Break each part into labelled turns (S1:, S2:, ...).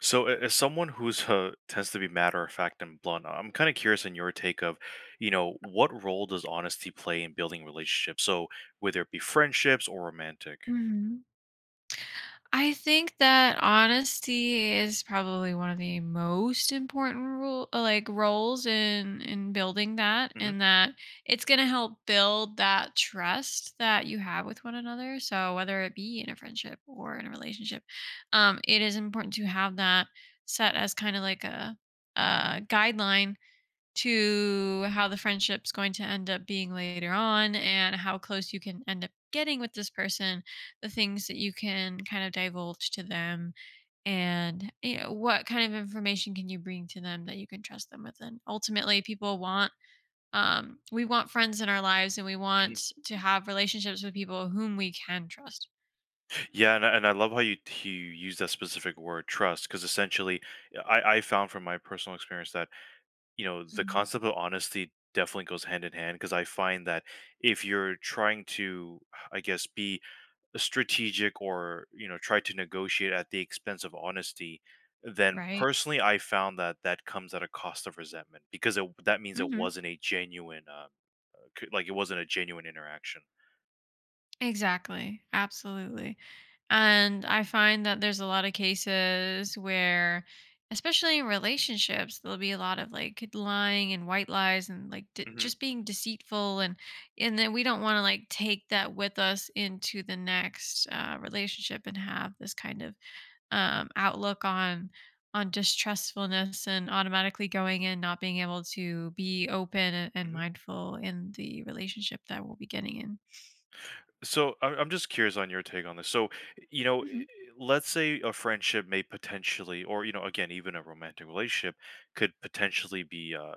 S1: So, as someone who's tends to be matter of fact and blunt, I'm kind of curious in your take of, you know, what role does honesty play in building relationships? So, whether it be friendships or romantic.
S2: Hmm. I think that honesty is probably one of the most important rule like roles in building that.
S1: hmm
S2: And that it's going to help build that trust that you have with one another. So whether it be in a friendship or in a relationship, it is important to have that set as kind of like a guideline to how the friendship's going to end up being later on and how close you can end up getting with this person, the things that you can kind of divulge to them, and you know, what kind of information can you bring to them that you can trust them with. And ultimately, people want we want friends in our lives and we want to have relationships with people whom we can trust.
S1: Yeah, and I love how you you use that specific word trust because essentially, I found from my personal experience that you know the
S2: Mhm.
S1: concept of honesty definitely goes hand in hand because I find that if you're trying to, I guess, be strategic or you know try to negotiate at the expense of honesty then
S2: Right.
S1: personally I found that that comes at a cost of resentment because that means it
S2: hmm
S1: wasn't a genuine like it wasn't a genuine interaction.
S2: Exactly. Absolutely. And I find that there's a lot of cases where, especially in relationships, there'll be a lot of like lying and white lies and like
S1: hmm
S2: just being deceitful. And then we don't want to like take that with us into the next relationship and have this kind of outlook on distrustfulness and automatically going in not being able to be open and
S1: hmm
S2: mindful in the relationship that we'll be getting
S1: I'm just curious on your take on this. So you know i-
S2: in.
S1: let's say a friendship may potentially or you know again even a romantic relationship could potentially be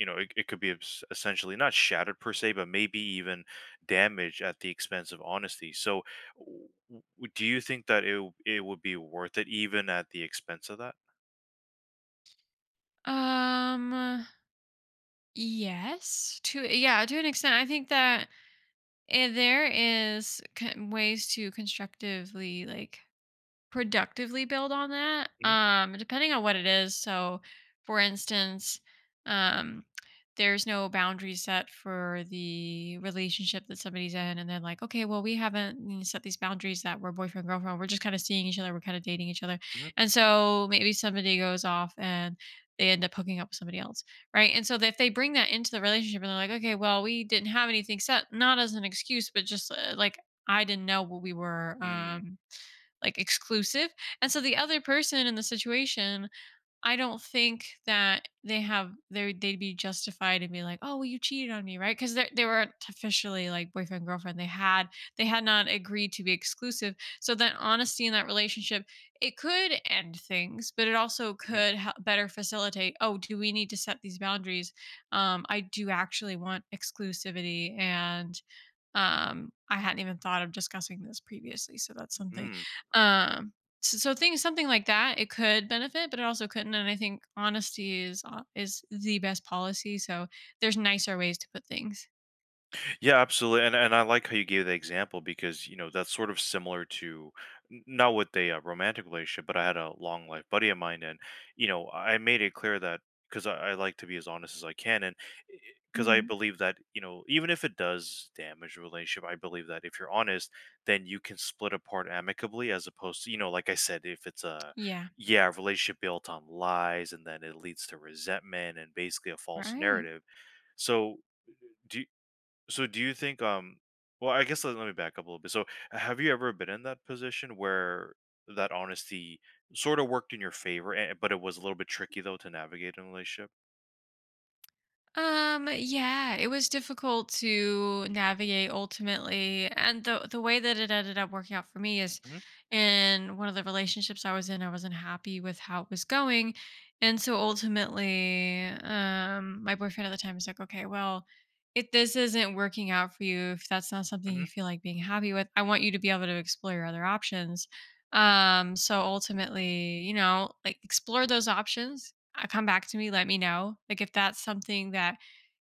S1: you know, it could be essentially not shattered per se, but maybe even damaged at the expense of honesty. So, w- w- do you think that it would be worth it even at the expense of that?
S2: Um, yes, to an extent. I think that ways to constructively, like productively build on that,
S1: Mm-hmm.
S2: depending on what it is. So for instance, um there's no boundary set for the relationship that somebody's in and they're like, okay, well, we haven't, you know, set these boundaries that we're boyfriend girlfriend, we're just kind of seeing each other, we're kind of dating each other.
S1: Mm-hmm.
S2: And so maybe somebody goes off and they end up hooking up with somebody else, right? And so if they bring that into the relationship and they're like, okay, well, we didn't have anything set, not as an excuse, but just like, I didn't know what we were,
S1: Mm-hmm.
S2: like, exclusive. And so the other person in the situation, I don't think that they have they they'd be justified and be like, "Oh, well, you cheated on me, right?" Because they weren't officially like boyfriend girlfriend. They had not agreed to be exclusive. So that honesty in that relationship, it could end things, but it also could help better facilitate. Oh, do we need to set these boundaries? I do actually want exclusivity, and I hadn't even thought of discussing this previously, so that's something.
S1: Mm.
S2: Um, so, so things something like that, it could benefit, but it also couldn't. And I think honesty is the best policy. So there's nicer ways to put things.
S1: Yeah, absolutely, and I like how you gave the example because you know that's sort of similar to not with a romantic relationship, but I had a long life buddy of mine, and you know I made it clear that because I like to be as honest as I can, and because I
S2: Hmm
S1: believe that you know even if it does damage a relationship, I believe that if you're honest, then you can split apart amicably, as opposed to you know like I said, if it's a
S2: Yeah.
S1: yeah relationship built on lies and then it leads to resentment and basically a false
S2: Right.
S1: narrative. So. Do, so do you think well I guess let me back up a little bit. So have you ever been in that position where that honesty sort of worked in your favor but it was a little bit tricky though to navigate in a relationship?
S2: Yeah, it was difficult to navigate ultimately. And the way that it ended up working out for me is
S1: hmm
S2: in one of the relationships I was in, I wasn't happy with how it was going. And so ultimately, my boyfriend at the time was like, okay, well, if this isn't working out for you, if that's not something
S1: hmm
S2: you feel like being happy with, I want you to be able to explore your other options. So ultimately, you know, like explore those options, come back to me, let me know, like, if that's something that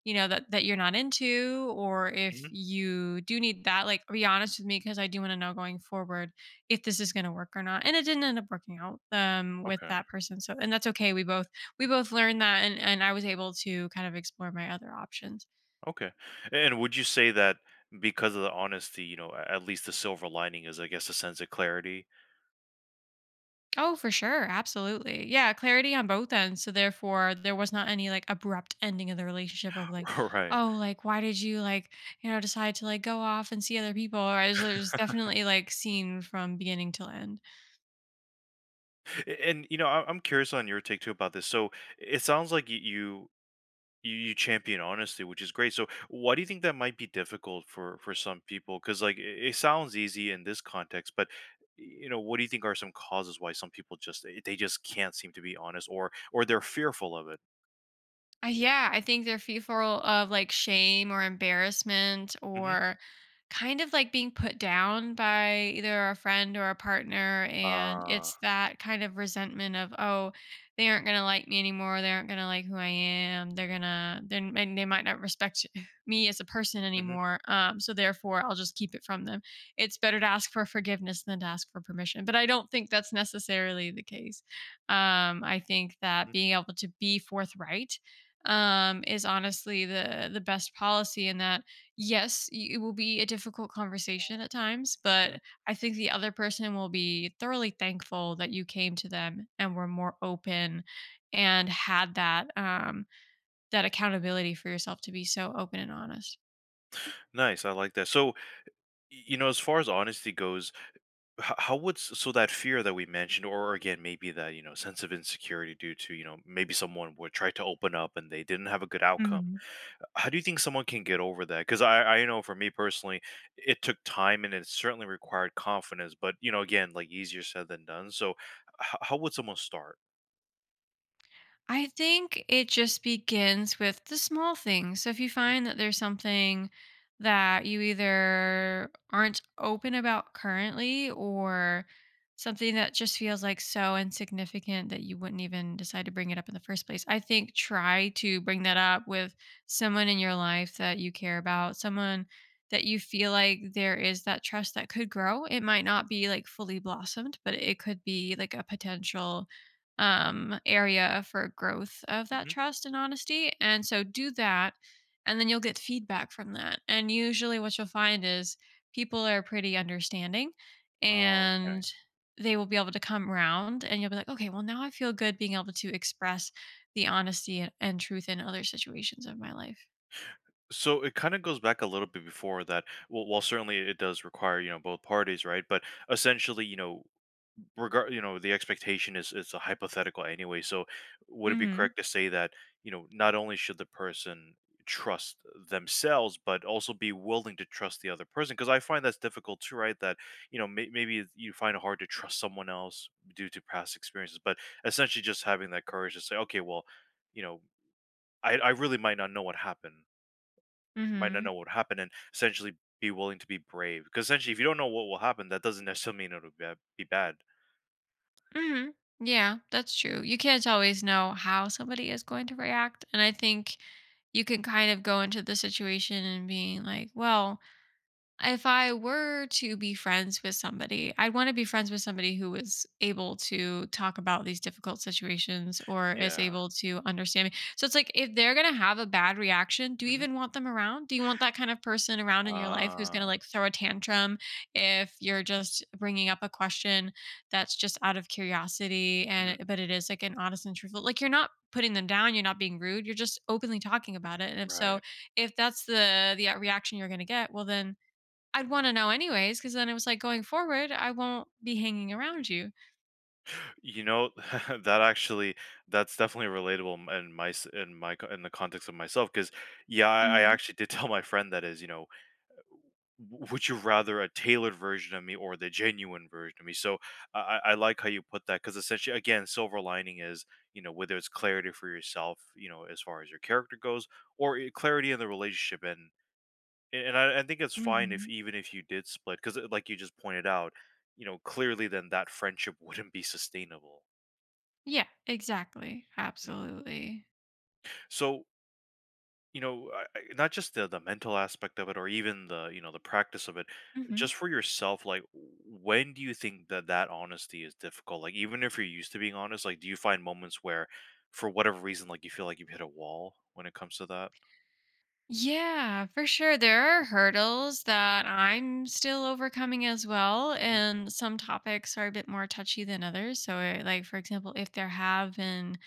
S2: you know, that that you're not into, or if
S1: hmm
S2: you do need that, like, be honest with me because I do want to know going forward if this is going to work or not. And it didn't end up working out with
S1: Okay.
S2: that person. So, and that's okay. We both learned that, and I was able to kind of explore my other options.
S1: Okay. And would you say that because of the honesty, you know, at least the silver lining is I guess a sense of clarity.
S2: Oh, for sure. Absolutely. Yeah. Clarity on both ends. So therefore there was not any like abrupt ending of the relationship of like,
S1: Right.
S2: oh, like why did you like, you know, decide to like go off and see other people? Or it was definitely like seen from beginning till end.
S1: And you know, I'm curious on your take too about this. So it sounds like you you champion honesty, which is great. So, why do you think that might be difficult for some people? Because like it sounds easy in this context, but you know, what do you think are some causes why some people just they just can't seem to be honest, or they're fearful of it?
S2: Yeah, I think they're fearful of like shame or embarrassment
S1: hmm
S2: or kind of like being put down by either a friend or a partner. And
S1: Uh,
S2: it's that kind of resentment of, oh, they aren't going to like me anymore. They aren't going to like who I am. They're going to, then and they might not respect me as a person
S1: hmm
S2: anymore. So therefore, I'll just keep it from them. It's better to ask for forgiveness than to ask for permission. But I don't think that's necessarily the case. I think that being able to be forthright is honestly the best policy in that yes, it will be a difficult conversation at times, but
S1: hmm
S2: I think the other person will be thoroughly thankful that you came to them and were more open and had that um, that accountability for yourself to be so open and honest.
S1: Nice, I like that. So, you know, as far as honesty goes, how would so that fear that we mentioned or again maybe that you know sense of insecurity due to you know maybe someone would try to open up and they didn't have a good outcome,
S2: Mm-hmm.
S1: how do you think someone can get over that? Because I know for me personally it took time and it certainly required confidence, but you know again like easier said than done. So how would someone start?
S2: I think it just begins with the small things. So if you
S1: Mhm,
S2: find that there's something that you either aren't open about currently, or something that just feels like so insignificant that you wouldn't even decide to bring it up in the first place, I think try to bring that up with someone in your life that you care about, someone that you feel like there is that trust that could grow. It might not be like fully blossomed, but it could be like a potential area for growth of that
S1: mhm.
S2: trust and honesty. And so do that, and then you'll get feedback from that. And usually, what you'll find is people are pretty understanding,
S1: Oh, okay.
S2: and they will be able to come round, and you'll be like, okay, well, now I feel good being able to express the honesty and truth in other situations of my life.
S1: So it kind of goes back a little bit before that. Well, while certainly it does require you know both parties, right? But essentially, you know, regard you know the expectation is a hypothetical anyway, so would it
S2: Mm
S1: be
S2: hmm.
S1: correct to say that you know not only should the person trust themselves but also be willing to trust the other person, because I find that's difficult too, right? That you know maybe you find it hard to trust someone else due to past experiences, but essentially just having that courage to say okay well you know I really might not know what happened,
S2: Mm
S1: might not
S2: hmm.
S1: know what happened, and essentially be willing to be brave, because essentially if you don't know what will happen that doesn't necessarily mean it'll be be bad.
S2: hmm. Yeah, that's true. You can't always know how somebody is going to react. And I think you can kind of go into the situation and being like, well, if I were to be friends with somebody, I'd want to be friends with somebody who is able to talk about these difficult situations or is
S1: yeah
S2: able to understand me. So it's like if they're going to have a bad reaction, do you
S1: hmm
S2: even want them around? Do you want that kind of person around in your life who's going to
S1: Ah,
S2: like throw a tantrum if you're just bringing up a question that's just out of curiosity,
S1: mhm,
S2: and but it is like an honest and truthful. Like you're not putting them down, you're not being rude, you're just openly talking about it. And if so,
S1: right.
S2: if that's the reaction you're going to get, well then I'd wanna know anyways, because then it was like, going forward, I won't be hanging around you.
S1: You know, that actually, that's definitely relatable m in my s in my co in the context of myself. Because yeah, I
S2: Mhm,
S1: actually did tell my friend that is, you know, "W Would you rather a tailored version of me or the genuine version of me?" So, I like how you put that because essentially again, silver lining is, you know, whether it's clarity for yourself, you know, as far as your character goes, or I clarity in the relationship. And and I think it's fine if
S2: mhm.
S1: even if you did split, because, like you just pointed out, you know, clearly then that friendship wouldn't be sustainable.
S2: Yeah, exactly,
S1: Mm.
S2: absolutely.
S1: So, you know, I not just the mental aspect of it or even the, you know, the practice of it,
S2: Mhm.
S1: just for yourself, like, when do you think that that honesty is difficult? Like, even if you're used to being honest, like, do you find moments where, for whatever reason, like, you feel like you've hit a wall when it comes to that?
S2: Yeah, for sure. There are hurdles that I'm still overcoming as well.
S1: Mhm.
S2: And some topics are a bit more touchy than others. So, like, for example, if there have been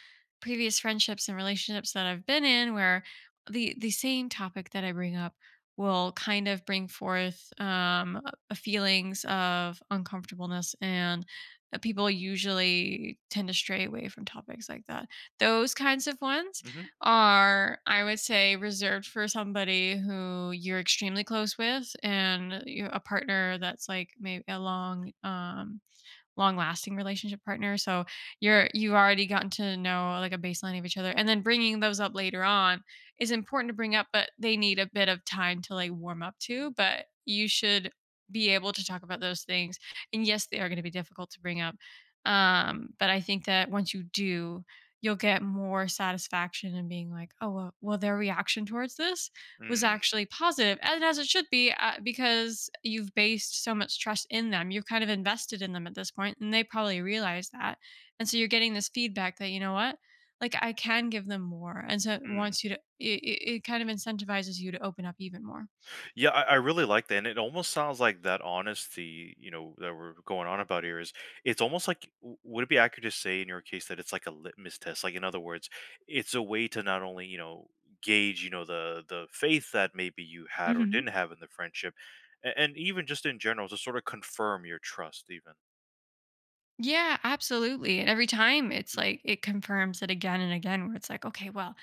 S2: previous friendships and relationships that I've been in where the same topic that I bring up will kind of bring forth a feelings of uncomfortableness, and people usually tend to stray away from topics like that. Those kinds of ones
S1: Mhm.
S2: are, I would say, reserved for somebody who you're extremely close with, and you a partner that's like maybe a long um, long-lasting relationship partner. So you've already gotten to know like a baseline of each other, and then bringing those up later on is important to bring up, but they need a bit of time to like warm up to. But you should be able to talk about those things. And yes, they are going to be difficult to bring up, but I think that once you do, you'll get more satisfaction in being like, oh, well, well, their reaction towards this was
S1: Mm.
S2: actually positive, and as it should be, because you've based so much trust in them. You've kind of invested in them at this point, and they probably realize that. And so you're getting this feedback that, you know what, like I can give them more. And so it
S1: Mm.
S2: wants you to, it kind of incentivizes you to open up even more.
S1: Yeah, I really like that. And it almost sounds like that honesty, you know, that we're going on about here is it's almost like would it be accurate to say in your case that it's like a litmus test? Like in other words, it's a way to not only, you know, gauge, you know, the faith that maybe you had or
S2: Mhm.
S1: didn't have in the friendship, and even just in general to sort of confirm your trust even.
S2: Yeah, absolutely. And every time it's like it confirms it again and again where it's like, okay, well,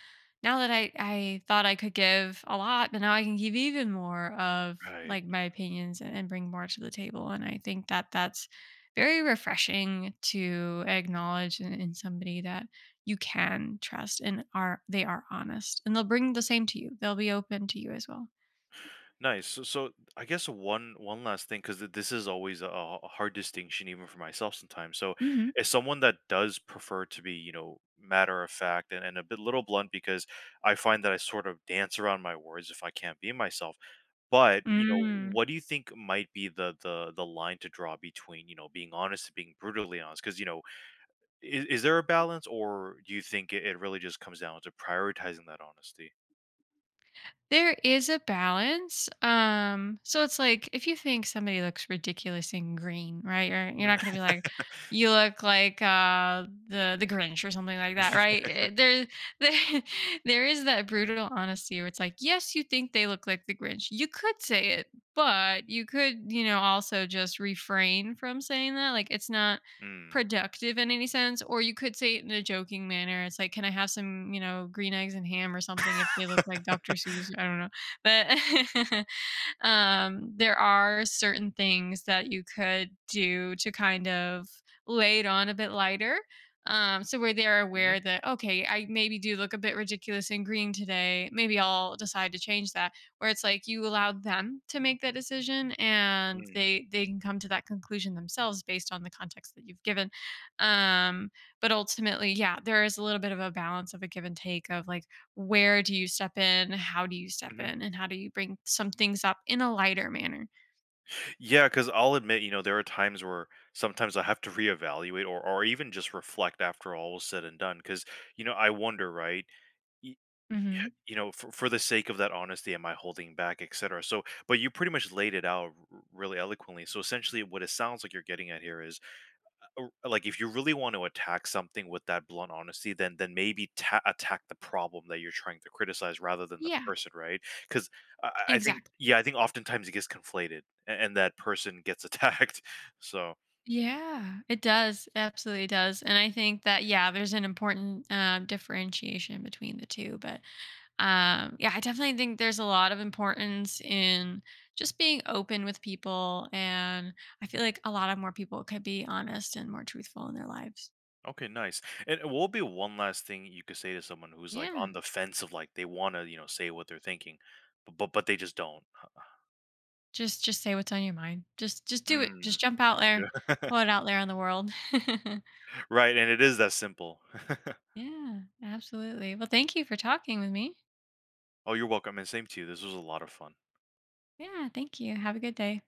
S2: now that I thought I could give a lot, but now I can give even more of
S1: Right.
S2: like my opinions, and bring more to the table. And I think that that's very refreshing to acknowledge in somebody that you can trust and are they are honest and they'll bring the same to you. They'll be open to you as well.
S1: Nice. So, I guess one last thing, because this is always a hard distinction, even for myself sometimes. So, as someone that does prefer to be, you know, matter of fact, and a bit little blunt, because I find that I sort of dance around my words if I can't be myself. But you know,
S2: Mm-hmm.
S1: what do you think might be the the line to draw between you know being honest and being brutally honest? Because you know, is there a balance, or do you think it really just comes down to prioritizing that honesty?
S2: There is a balance. So it's like if you think somebody looks ridiculous in green, right? You're not going to be like, you look like the Grinch or something like that, right? There, there is that brutal honesty where it's like, yes, you think they look like the Grinch. You could say it, but you could, you know, also just refrain from saying that. Like, it's not
S1: Mm. Mm.
S2: productive in any sense, or you could say it in a joking manner. It's like, "Can I have some, you know, green eggs and ham or something if they look like Dr. Seuss?" I don't know, but there are certain things that you could do to kind of lay it on a bit lighter. So where they're aware
S1: Mm-hmm.
S2: that okay, I maybe do look a bit ridiculous in green today. Maybe I'll decide to change that. Where it's like you allowed them to make that decision, and
S1: Mm.
S2: they can come to that conclusion themselves based on the context that you've given. Um, but ultimately, yeah, there is a little bit of a balance of a give and take of like, where do you step in? How do you step
S1: Mhm,
S2: in? And how do you bring some things up in a lighter manner?
S1: yeah, because I'll admit, you know, there are times where sometimes I have to reevaluate or even just reflect after all was said and done. Because you know, I wonder, right? y-
S2: Mhm.
S1: You know, for the sake of that honesty, am I holding back, et cetera? So, but you pretty much laid it out really eloquently. So essentially, what it sounds like you're getting at here is or, like, if you really want to attack something with that blunt honesty, then maybe ta attack the problem that you're trying to criticize rather than the
S2: Yeah,
S1: person, right? 'Cause I think
S2: exactly.
S1: yeah, I think oftentimes it gets conflated, a and that person gets attacked, so
S2: Yeah, it does. It absolutely does. And I think that yeah, there's an important differentiation between the two. But yeah, I definitely think there's a lot of importance in just being open with people, and I feel like a lot of more people could be honest and more truthful in their lives.
S1: okay, nice. And what would be one last thing you could say to someone who's, like,
S2: Yeah.
S1: on the fence of, like, they wanna, you know, say what they're thinking, but but they just don't?
S2: Just say what's on your mind. Just do it.
S1: Mm,
S2: Just jump out there.
S1: yeah.
S2: Pull it out there in the world.
S1: Right, and it is that simple.
S2: Yeah, absolutely. Well, thank you for talking with me.
S1: Oh, you're welcome, and same to you, this was a lot of fun.
S2: Yeah, thank you. Have a good day.